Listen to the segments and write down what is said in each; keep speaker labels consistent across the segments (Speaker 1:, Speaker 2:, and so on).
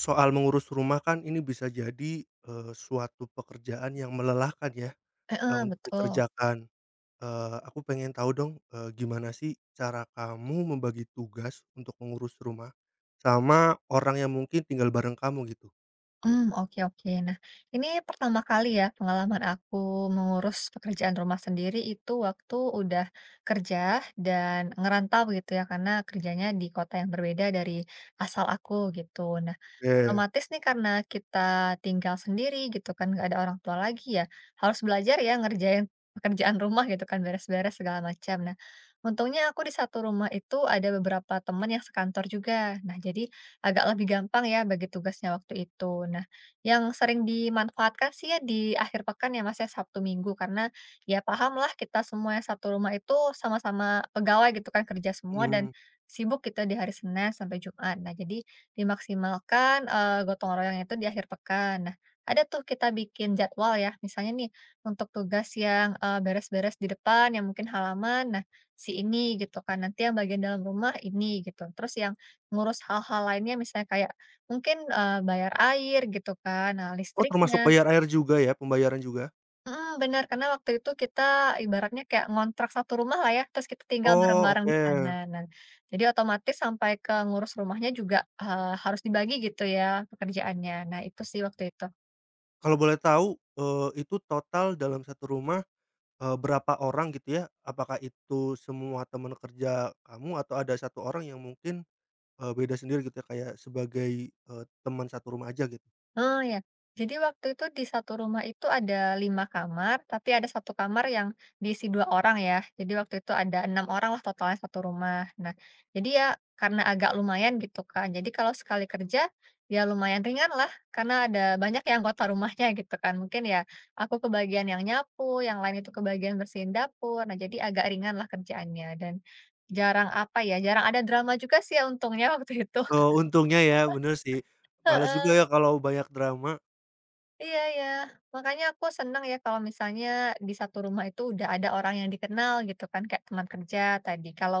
Speaker 1: Soal mengurus rumah kan ini bisa jadi, suatu pekerjaan yang melelahkan ya,
Speaker 2: Heeh,
Speaker 1: untuk
Speaker 2: betul.
Speaker 1: dikerjakan. Aku pengen tahu dong, gimana sih cara kamu membagi tugas untuk mengurus rumah sama orang yang mungkin tinggal bareng kamu gitu?
Speaker 2: Oke, oke. Nah, ini pertama kali ya pengalaman aku mengurus pekerjaan rumah sendiri itu waktu udah kerja dan ngerantau gitu ya, karena kerjanya di kota yang berbeda dari asal aku gitu. Nah,
Speaker 1: Oke,
Speaker 2: otomatis nih karena kita tinggal sendiri gitu kan, nggak ada orang tua lagi ya, harus belajar ya ngerjain pekerjaan rumah gitu kan, beres-beres segala macam. Nah, untungnya aku di satu rumah itu ada beberapa teman yang sekantor juga. Nah, jadi agak lebih gampang ya bagi tugasnya waktu itu. Nah, yang sering dimanfaatkan sih ya di akhir pekan ya, Mas, ya, Sabtu Minggu, karena ya paham lah kita semua yang satu rumah itu sama-sama pegawai gitu kan, kerja semua, dan
Speaker 1: mhm.
Speaker 2: sibuk kita di hari Senin sampai Jumat. Nah, jadi dimaksimalkan gotong royong itu di akhir pekan. Nah, ada tuh kita bikin jadwal ya. Misalnya nih untuk tugas yang beres-beres di depan yang mungkin halaman. Nah, si ini gitu kan. Nanti yang bagian dalam rumah ini gitu. Terus yang ngurus hal-hal lainnya misalnya kayak mungkin, bayar air gitu kan, nah
Speaker 1: Oh, termasuk
Speaker 2: listriknya
Speaker 1: bayar air juga ya, pembayaran juga?
Speaker 2: mhm, bener, karena waktu itu kita ibaratnya kayak ngontrak satu rumah lah ya, terus kita tinggal
Speaker 1: Oh,
Speaker 2: bareng-bareng di
Speaker 1: oke.
Speaker 2: sana. Nah, jadi otomatis sampai ke ngurus rumahnya juga, harus dibagi gitu ya pekerjaannya. Nah itu sih waktu itu.
Speaker 1: Kalau boleh tahu, itu total dalam satu rumah, berapa orang gitu ya? Apakah itu semua teman kerja kamu atau ada satu orang yang mungkin beda sendiri gitu ya, kayak sebagai, teman satu rumah aja gitu.
Speaker 2: Oh, ya. Jadi waktu itu di satu rumah itu ada 5 kamar, tapi ada satu kamar yang diisi 2 orang ya. Jadi waktu itu ada 6 orang lah totalnya satu rumah. Nah, jadi ya karena agak lumayan gitu kan. Jadi kalau sekali kerja, ya lumayan ringan lah. Karena ada banyak yang anggota rumahnya gitu kan. Mungkin ya aku kebagian yang nyapu, yang lain itu kebagian bersihin dapur. Nah, jadi agak ringan lah kerjaannya. Dan jarang apa ya, jarang ada drama juga sih ya untungnya waktu itu.
Speaker 1: Oh, untungnya ya, bener sih. Males juga ya kalau banyak drama.
Speaker 2: Iya ya, makanya aku seneng ya kalau misalnya di satu rumah itu udah ada orang yang dikenal gitu kan, kayak teman kerja tadi. Kalau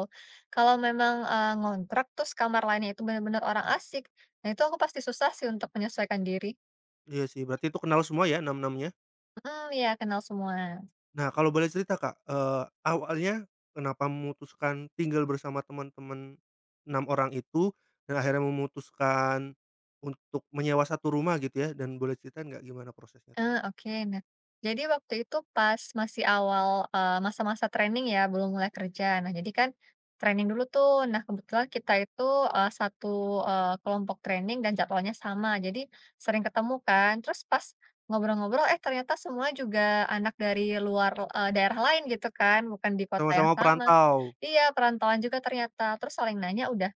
Speaker 2: kalau memang, ngontrak terus kamar lainnya itu benar-benar orang asik, nah itu aku pasti susah sih untuk menyesuaikan diri.
Speaker 1: Iya sih, berarti itu kenal semua ya enam-enamnya?
Speaker 2: Hmm, ya kenal semua.
Speaker 1: Nah, kalau boleh cerita Kak, awalnya kenapa memutuskan tinggal bersama teman-teman 6 orang itu dan akhirnya memutuskan untuk menyewa satu rumah gitu ya, dan boleh ceritain nggak gimana prosesnya tuh?
Speaker 2: Oke. Nah, jadi waktu itu pas masih awal, masa-masa training ya, belum mulai kerja. Nah, jadi kan training dulu tuh. Nah, kebetulan kita itu, satu, kelompok training dan jadwalnya sama, jadi sering ketemu kan. Terus pas ngobrol-ngobrol, eh ternyata semua juga anak dari luar, daerah lain gitu kan, bukan di kota yang
Speaker 1: Sama-sama
Speaker 2: sama.
Speaker 1: perantau.
Speaker 2: Iya, perantauan juga ternyata. Terus saling nanya, udah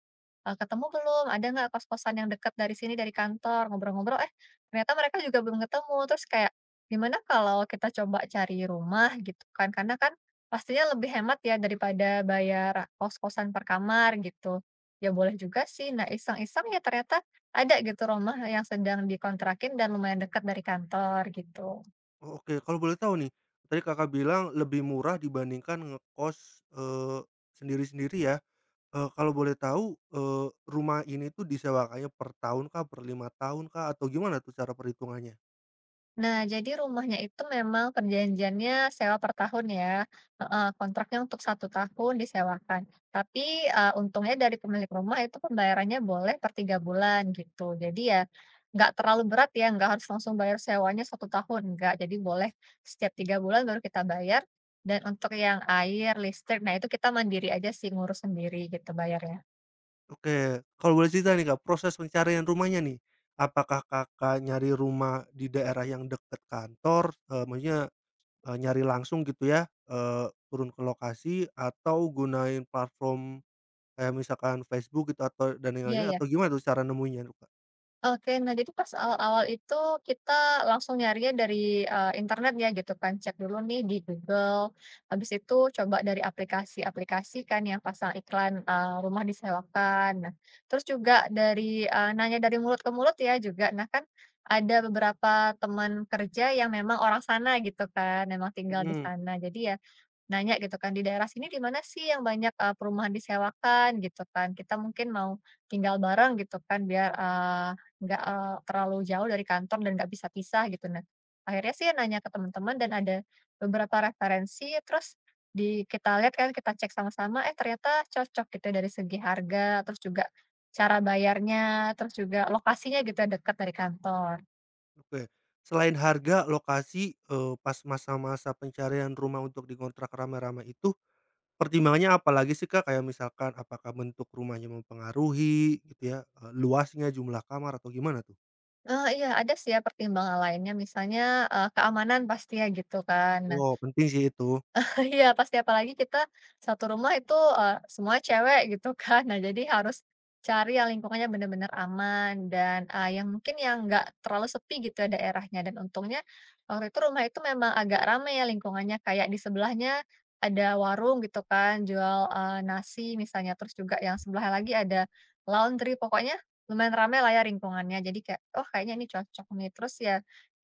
Speaker 2: "Ketemu belum? Ada nggak kos-kosan yang dekat dari sini, dari kantor?" Ngobrol-ngobrol, eh, ternyata mereka juga belum ketemu. Terus kayak, "Gimana kalau kita coba cari rumah?" Gitu kan. Karena kan pastinya lebih hemat ya daripada bayar kos-kosan per kamar gitu. Ya boleh juga sih. Nah, iseng-iseng ya ternyata ada gitu rumah yang sedang dikontrakin dan lumayan dekat dari kantor gitu.
Speaker 1: Oh, oke. Kalau boleh tahu nih, tadi Kakak bilang lebih murah dibandingkan ngekos, sendiri-sendiri ya. Kalau boleh tahu, rumah ini tuh disewakannya per tahun kah, per 5 tahun kah, atau gimana tuh cara perhitungannya?
Speaker 2: Nah, jadi rumahnya itu memang perjanjiannya sewa per tahun ya, heeh, kontraknya untuk satu tahun disewakan. Tapi, untungnya dari pemilik rumah itu pembayarannya boleh per 3 bulan gitu. Jadi ya nggak terlalu berat ya, nggak harus langsung bayar sewanya satu tahun, nggak. Jadi boleh setiap 3 bulan baru kita bayar, dan untuk yang air, listrik, nah itu kita mandiri aja sih, ngurus sendiri gitu bayarnya.
Speaker 1: Oke, kalau boleh cerita nih Kak, proses pencarian rumahnya nih. Apakah Kakak nyari rumah di daerah yang dekat kantor, maksudnya, nyari langsung gitu ya, turun ke lokasi atau gunain platform kayak misalkan Facebook gitu atau dan yang
Speaker 2: Iya
Speaker 1: lainnya
Speaker 2: ya.
Speaker 1: atau gimana tuh cara nemuinnya
Speaker 2: Oke, nah jadi pas awal-awal itu kita langsung nyarinya dari, internet ya gitu kan, cek dulu nih di Google, habis itu coba dari aplikasi-aplikasi kan yang pasang iklan, rumah disewakan. Nah, terus juga dari, nanya dari mulut ke mulut ya juga. Nah kan ada beberapa teman kerja yang memang orang sana gitu kan, memang tinggal di
Speaker 1: Mhm,
Speaker 2: sana. Jadi ya nanya gitu kan, "Di daerah sini di mana sih yang banyak, perumahan disewakan?" Gitu kan. Kita mungkin mau tinggal bareng gitu kan biar, nggak, terlalu jauh dari kantor dan nggak bisa pisah gitu. Nah, akhirnya sih nanya ke teman-teman dan ada beberapa referensi, terus di kita lihat kan, kita cek sama-sama, eh ternyata cocok gitu ya dari segi harga, terus juga cara bayarnya, terus juga lokasinya gitu ya, dekat dari kantor.
Speaker 1: oke. Selain harga, lokasi, pas masa-masa pencarian rumah untuk dikontrak rame-rame itu, pertimbangannya apalagi sih, Kak? Kayak misalkan apakah bentuk rumahnya mempengaruhi gitu ya, luasnya, jumlah kamar, atau gimana tuh?
Speaker 2: Iya, ada sih ya pertimbangan lainnya, misalnya, keamanan pasti ya gitu kan.
Speaker 1: Wow, penting sih itu.
Speaker 2: Iya pasti apalagi kita satu rumah itu, semua cewek gitu kan. Nah jadi harus cari yang lingkungannya benar-benar aman dan, yang mungkin yang nggak terlalu sepi gitu ya daerahnya, dan untungnya waktu itu rumah itu memang agak ramai ya lingkungannya, kayak di sebelahnya ada warung gitu kan jual, nasi misalnya, terus juga yang sebelahnya lagi ada laundry, pokoknya lumayan ramai lah ya lingkungannya. Jadi kayak, "Oh kayaknya ini cocok nih." Terus ya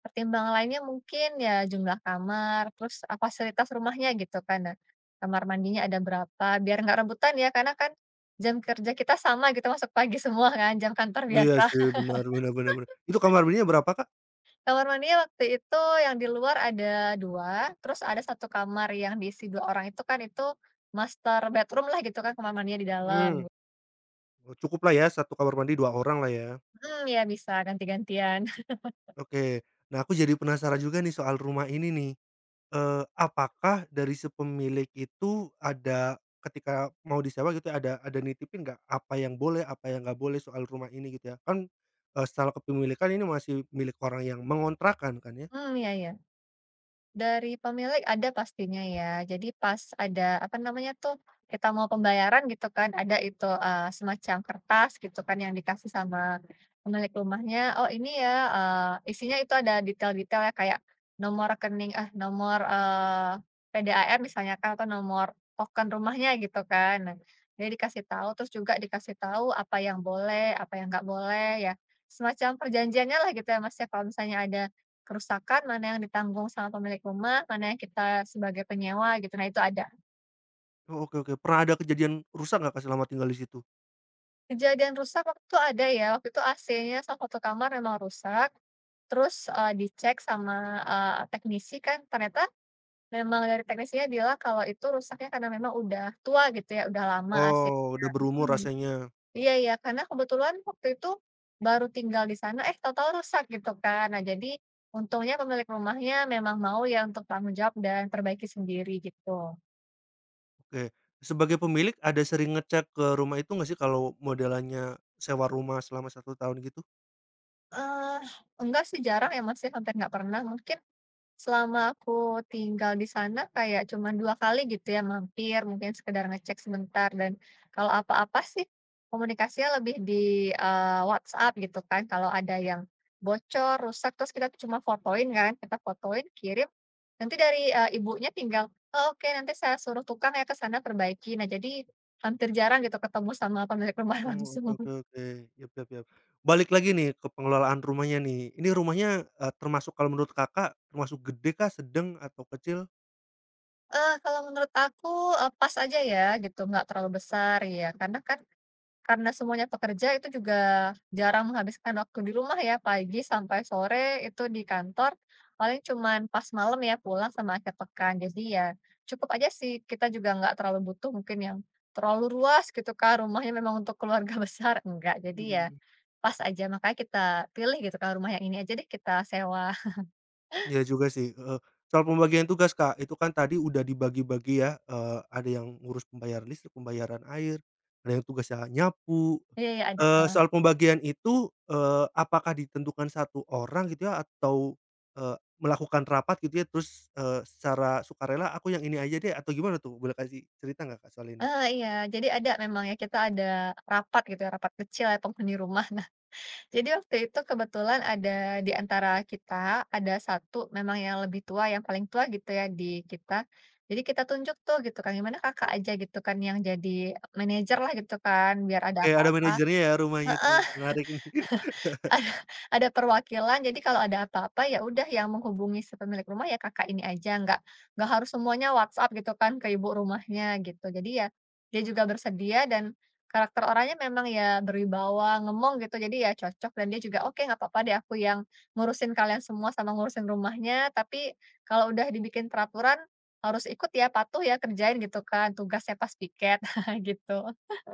Speaker 2: pertimbangan lainnya mungkin ya jumlah kamar, terus, fasilitas rumahnya gitu kan. Nah, kamar mandinya ada berapa, biar nggak rebutan ya, karena kan jam kerja kita sama gitu, masuk pagi semua kan, jam kantor
Speaker 1: Iya
Speaker 2: biasa.
Speaker 1: sih, benar benar benar benar. Itu kamar mandinya berapa, Kak?
Speaker 2: Kamar mandinya waktu itu yang di luar ada 2, terus ada satu kamar yang diisi 2 orang itu kan, itu master bedroom lah gitu kan, kamar mandinya di dalam.
Speaker 1: Mmm, oh, cukuplah ya, satu kamar mandi 2 orang lah ya.
Speaker 2: Hmm, ya bisa ganti-gantian.
Speaker 1: Oke. Nah, aku jadi penasaran juga nih soal rumah ini nih. Apakah dari si pemilik itu ada ketika mau disewa gitu ya, ada nitipin nggak apa yang boleh, apa yang nggak boleh soal rumah ini gitu ya? Kan, secara kepemilikan ini masih milik orang yang mengontrakan kan ya?
Speaker 2: Hmm, ya ya. Dari pemilik ada pastinya ya. Jadi pas ada, apa namanya tuh, kita mau pembayaran gitu kan, ada itu, semacam kertas gitu kan yang dikasih sama pemilik rumahnya, "Oh ini ya," isinya itu ada detail-detail ya kayak nomor rekening eh, nomor, PDAR misalnya kan atau nomor token rumahnya gitu kan. Nah, jadi dikasih tahu, terus juga dikasih tahu apa yang boleh, apa yang nggak boleh ya, semacam perjanjiannya lah gitu ya, Mas, ya, kalau misalnya ada kerusakan, mana yang ditanggung sama pemilik rumah, mana yang kita sebagai penyewa gitu, nah itu ada.
Speaker 1: Oh, oke oke. Pernah ada kejadian rusak nggak, Kak, selama tinggal di situ?
Speaker 2: Kejadian rusak waktu itu ada ya, waktu itu AC-nya sama 1 kamar memang rusak, terus, dicek sama, teknisi kan ternyata memang dari teknisinya bilang kalau itu rusaknya karena memang udah tua gitu ya, udah lama AC.
Speaker 1: Oh, udah berumur
Speaker 2: Mhm.
Speaker 1: rasanya.
Speaker 2: Iya, iya, karena kebetulan waktu itu baru tinggal di sana, eh tahu-tahu rusak gitu kan. Nah jadi untungnya pemilik rumahnya memang mau ya untuk tanggung jawab dan perbaiki sendiri gitu.
Speaker 1: Oke. Sebagai pemilik ada sering ngecek ke rumah itu nggak sih kalau modelannya sewa rumah selama satu tahun gitu?
Speaker 2: Eee, enggak sih, jarang ya, Mas, ya, hampir nggak pernah. Mungkin selama aku tinggal di sana kayak cuman 2 kali gitu ya mampir, mungkin sekedar ngecek sebentar, dan kalau apa-apa sih komunikasinya lebih di, WhatsApp gitu kan. Kalau ada yang bocor, rusak, terus kita tuh cuma fotoin kan, kita fotoin, kirim, nanti dari, ibunya tinggal, "Oh, oke nanti saya suruh tukang ya ke sana perbaiki." Nah, jadi hampir jarang gitu ketemu sama pemilik rumah
Speaker 1: Mmm, oke
Speaker 2: langsung.
Speaker 1: oke oke, yap yap yap. Balik lagi nih ke pengelolaan rumahnya nih, ini rumahnya, termasuk kalau menurut Kakak termasuk gede kah, sedang, atau kecil?
Speaker 2: Kalau menurut aku, pas aja ya gitu, nggak terlalu besar ya, karena kan karena semuanya pekerja itu juga jarang menghabiskan waktu di rumah ya, pagi sampai sore itu di kantor, paling cuman pas malam ya pulang sama akhir pekan. Jadi ya cukup aja sih, kita juga nggak terlalu butuh mungkin yang terlalu luas gitu kan, rumahnya memang untuk keluarga besar, enggak. Jadi
Speaker 1: Mhm
Speaker 2: ya
Speaker 1: mhm.
Speaker 2: pas aja, makanya kita pilih gitu kan, rumah yang ini aja deh kita sewa.
Speaker 1: Iya juga sih, heeh. Soal pembagian tugas, Kak, itu kan tadi udah dibagi-bagi ya, ada yang ngurus pembayaran listrik, pembayaran air, ada yang tugasnya nyapu.
Speaker 2: Iya, iya, ada.
Speaker 1: Soal pembagian itu, apakah ditentukan satu orang gitu ya atau, eee, melakukan rapat gitu ya terus, secara sukarela, "Aku yang ini aja deh," atau gimana tuh? Boleh kasih cerita nggak, Kak, soal ini?
Speaker 2: Iya, jadi ada memang ya, kita ada rapat gitu ya, rapat kecil ya penghuni rumah. Nah, jadi waktu itu kebetulan ada di antara kita, ada satu memang yang lebih tua, yang paling tua gitu ya di kita. Jadi kita tunjuk tuh gitu kan, "Gimana Kakak aja," gitu kan, yang jadi manajer lah gitu kan, biar ada
Speaker 1: Oke, ada
Speaker 2: apa-apa
Speaker 1: manajernya ya rumahnya tuh,
Speaker 2: heeh.
Speaker 1: menarik nih.
Speaker 2: Ada perwakilan, jadi kalau ada apa-apa ya udah yang menghubungi si pemilik rumah ya kakak ini aja, nggak harus semuanya WhatsApp gitu kan ke ibu rumahnya gitu. Jadi ya dia juga bersedia dan karakter orangnya memang ya berwibawa, ngemong gitu, jadi ya cocok, dan dia juga, "Oke nggak apa-apa deh aku yang ngurusin kalian semua sama ngurusin rumahnya, tapi kalau udah dibikin peraturan harus ikut ya, patuh ya, kerjain," gitu kan, tugasnya pas piket gitu.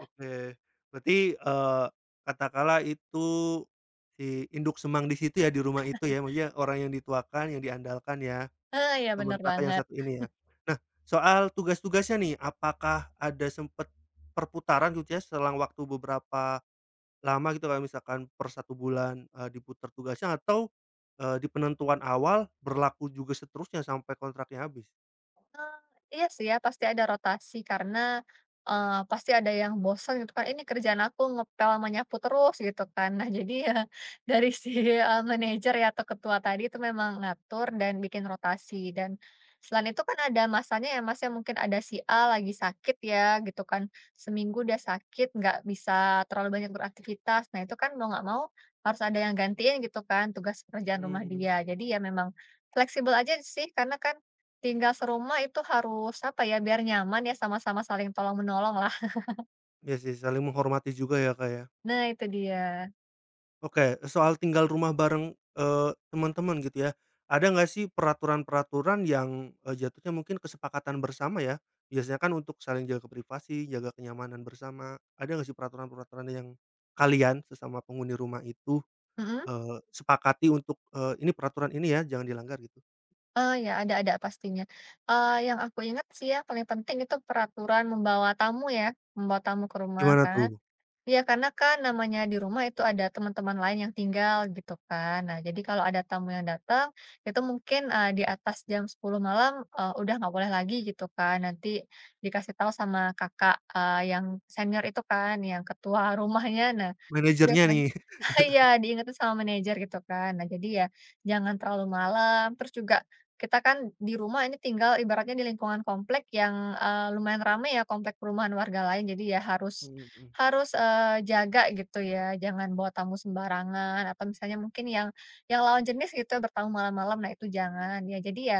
Speaker 1: Oke. Berarti, katakanlah itu si induk semang di situ ya, di rumah itu ya, maksudnya orang yang dituakan, yang diandalkan ya,
Speaker 2: Ah ya
Speaker 1: teman
Speaker 2: bener
Speaker 1: Kakak yang
Speaker 2: banget.
Speaker 1: satu ini ya. Nah, soal tugas-tugasnya nih, apakah ada sempet perputaran gitu ya, selang waktu beberapa lama gitu kayak misalkan per satu bulan, diputar tugasnya atau, di penentuan awal berlaku juga seterusnya sampai kontraknya habis?
Speaker 2: Iya sih ya, pasti ada rotasi karena, pasti ada yang bosan gitu kan, "Ini kerjaan aku ngepel sama nyapu terus," gitu kan. Nah jadi ya dari si, manajer ya atau ketua tadi itu memang ngatur dan bikin rotasi, dan selain itu kan ada masanya ya, Mas, ya, mungkin ada si A lagi sakit ya gitu kan, seminggu dia sakit nggak bisa terlalu banyak beraktivitas. Nah itu kan mau nggak mau harus ada yang gantiin gitu kan tugas pekerjaan rumah
Speaker 1: Hmm.
Speaker 2: dia. Jadi ya memang fleksibel aja sih karena kan tinggal serumah itu harus, apa ya, biar nyaman ya, sama-sama saling tolong-menolong lah.
Speaker 1: Ya sih saling menghormati juga ya, Kak, ya.
Speaker 2: Nah itu dia.
Speaker 1: Oke, soal tinggal rumah bareng, teman-teman gitu ya, ada nggak sih peraturan-peraturan yang, jatuhnya mungkin kesepakatan bersama ya? Biasanya kan untuk saling jaga privasi, jaga kenyamanan bersama, ada nggak sih peraturan-peraturan yang kalian sesama penghuni rumah itu,
Speaker 2: Mhm,
Speaker 1: sepakati untuk, ini peraturan ini ya jangan dilanggar gitu?
Speaker 2: ya ada pastinya. Yang aku ingat sih ya paling penting itu peraturan membawa tamu ya, membawa tamu ke rumah
Speaker 1: Gimana
Speaker 2: kan.
Speaker 1: tuh?
Speaker 2: Iya, karena kan namanya di rumah itu ada teman-teman lain yang tinggal gitu kan. Nah, jadi kalau ada tamu yang datang, itu mungkin, di atas jam 10 malam, udah nggak boleh lagi gitu kan. Nanti dikasih tahu sama kakak, yang senior itu kan, yang ketua rumahnya. Nah, itu
Speaker 1: Manajernya
Speaker 2: biasanya
Speaker 1: nih.
Speaker 2: iya, diingetin sama manajer gitu kan. Nah, jadi ya jangan terlalu malam, terus juga kita kan di rumah ini tinggal ibaratnya di lingkungan komplek yang, lumayan ramai ya, komplek perumahan warga lain. Jadi ya harus
Speaker 1: Mhm mhm.
Speaker 2: harus, jaga gitu ya, jangan bawa tamu sembarangan atau misalnya mungkin yang lawan jenis gitu ya, bertamu malam-malam, nah itu jangan. Ya jadi ya,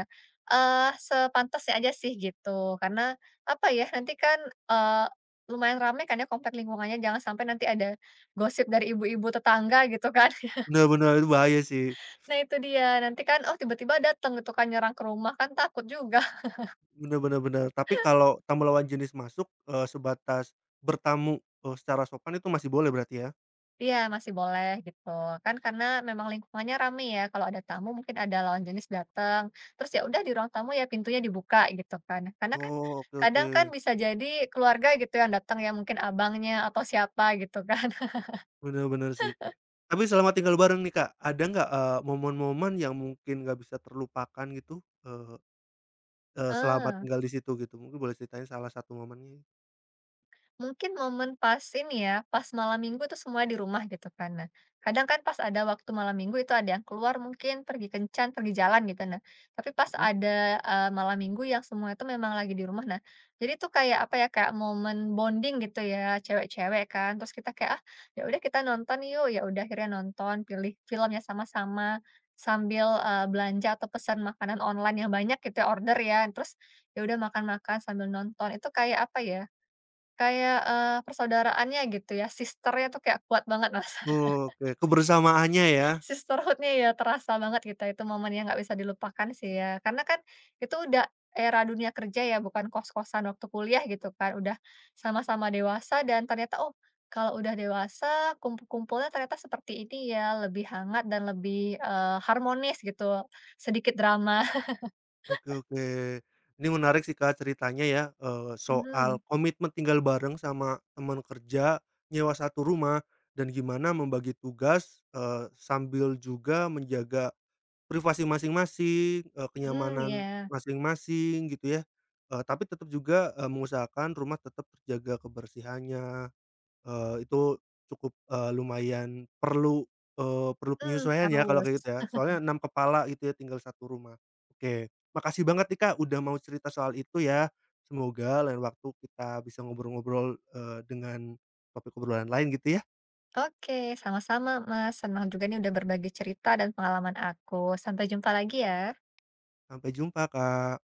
Speaker 2: sepantasnya aja sih gitu, karena apa ya, nanti kan, eee, lumayan ramai, kan ya komplek lingkungannya, jangan sampai nanti ada gosip dari ibu-ibu tetangga gitu kan.
Speaker 1: Bener bener, itu bahaya sih.
Speaker 2: Nah itu dia, nanti kan, oh tiba-tiba datang gitu kan nyerang ke rumah, kan takut juga.
Speaker 1: Bener bener bener. Tapi kalau tamu lawan jenis masuk, sebatas bertamu, secara sopan itu masih boleh berarti ya?
Speaker 2: Iya, masih boleh gitu. Kan karena memang lingkungannya rame ya, kalau ada tamu mungkin ada lawan jenis datang, terus ya udah di ruang tamu ya pintunya dibuka gitu kan. Karena kan
Speaker 1: Oh, oke oke.
Speaker 2: kadang kan bisa jadi keluarga gitu yang datang ya, mungkin abangnya atau siapa gitu kan.
Speaker 1: Bener bener sih. Tapi selama tinggal bareng nih, Kak, ada nggak, momen-momen yang mungkin nggak bisa terlupakan gitu, eee eee, selama
Speaker 2: Heeh.
Speaker 1: tinggal di situ gitu? Mungkin boleh ceritain salah satu momennya?
Speaker 2: Mungkin momen pas ini ya, pas malam minggu tuh semua di rumah gitu kan. Nah, kadang kan pas ada waktu malam minggu itu ada yang keluar mungkin pergi kencan, pergi jalan gitu. Nah, tapi pas
Speaker 1: Mhm.
Speaker 2: ada eh, malam minggu yang semua itu memang lagi di rumah. Nah, jadi tuh kayak apa ya, kayak momen bonding gitu ya, cewek-cewek kan. Terus kita kayak ah ya udah kita nonton yuk, ya udah akhirnya nonton, pilih filmnya sama-sama sambil eh, belanja atau pesan makanan online yang banyak gitu ya, order ya. Terus ya udah makan-makan sambil nonton. Itu kayak apa ya? Kayak, persaudaraannya gitu ya, sister-nya tuh kayak kuat banget, Mas.
Speaker 1: Oke, kebersamaannya ya?
Speaker 2: Sisterhood-nya ya terasa banget gitu, itu momen yang nggak bisa dilupakan sih ya. Karena kan itu udah era dunia kerja ya, bukan kos-kosan waktu kuliah gitu kan, udah sama-sama dewasa dan ternyata, oh, kalau udah dewasa kumpul-kumpulnya ternyata seperti ini ya, lebih hangat dan lebih, harmonis gitu, sedikit drama.
Speaker 1: Oke oke. Ini menarik sih, Kak, ceritanya ya, soal
Speaker 2: Mhm,
Speaker 1: komitmen tinggal bareng sama teman kerja, nyewa satu rumah, dan gimana membagi tugas, sambil juga menjaga privasi masing-masing,
Speaker 2: mhm,
Speaker 1: kenyamanan
Speaker 2: iya,
Speaker 1: masing-masing gitu ya, tapi tetap juga, mengusahakan rumah tetap terjaga kebersihannya, itu cukup, eee, lumayan perlu, eee, perlu
Speaker 2: mhm,
Speaker 1: penyesuaian ya kalau
Speaker 2: harus.
Speaker 1: kayak gitu ya, soalnya 6 kepala gitu ya tinggal satu rumah. Oke, makasih banget nih, Kak, udah mau cerita soal itu ya, semoga lain waktu kita bisa ngobrol-ngobrol, dengan topik obrolan lain gitu ya.
Speaker 2: Oke, sama-sama, Mas. Senang juga nih udah berbagi cerita dan pengalaman aku. Sampai jumpa lagi ya.
Speaker 1: Sampai jumpa, Kak.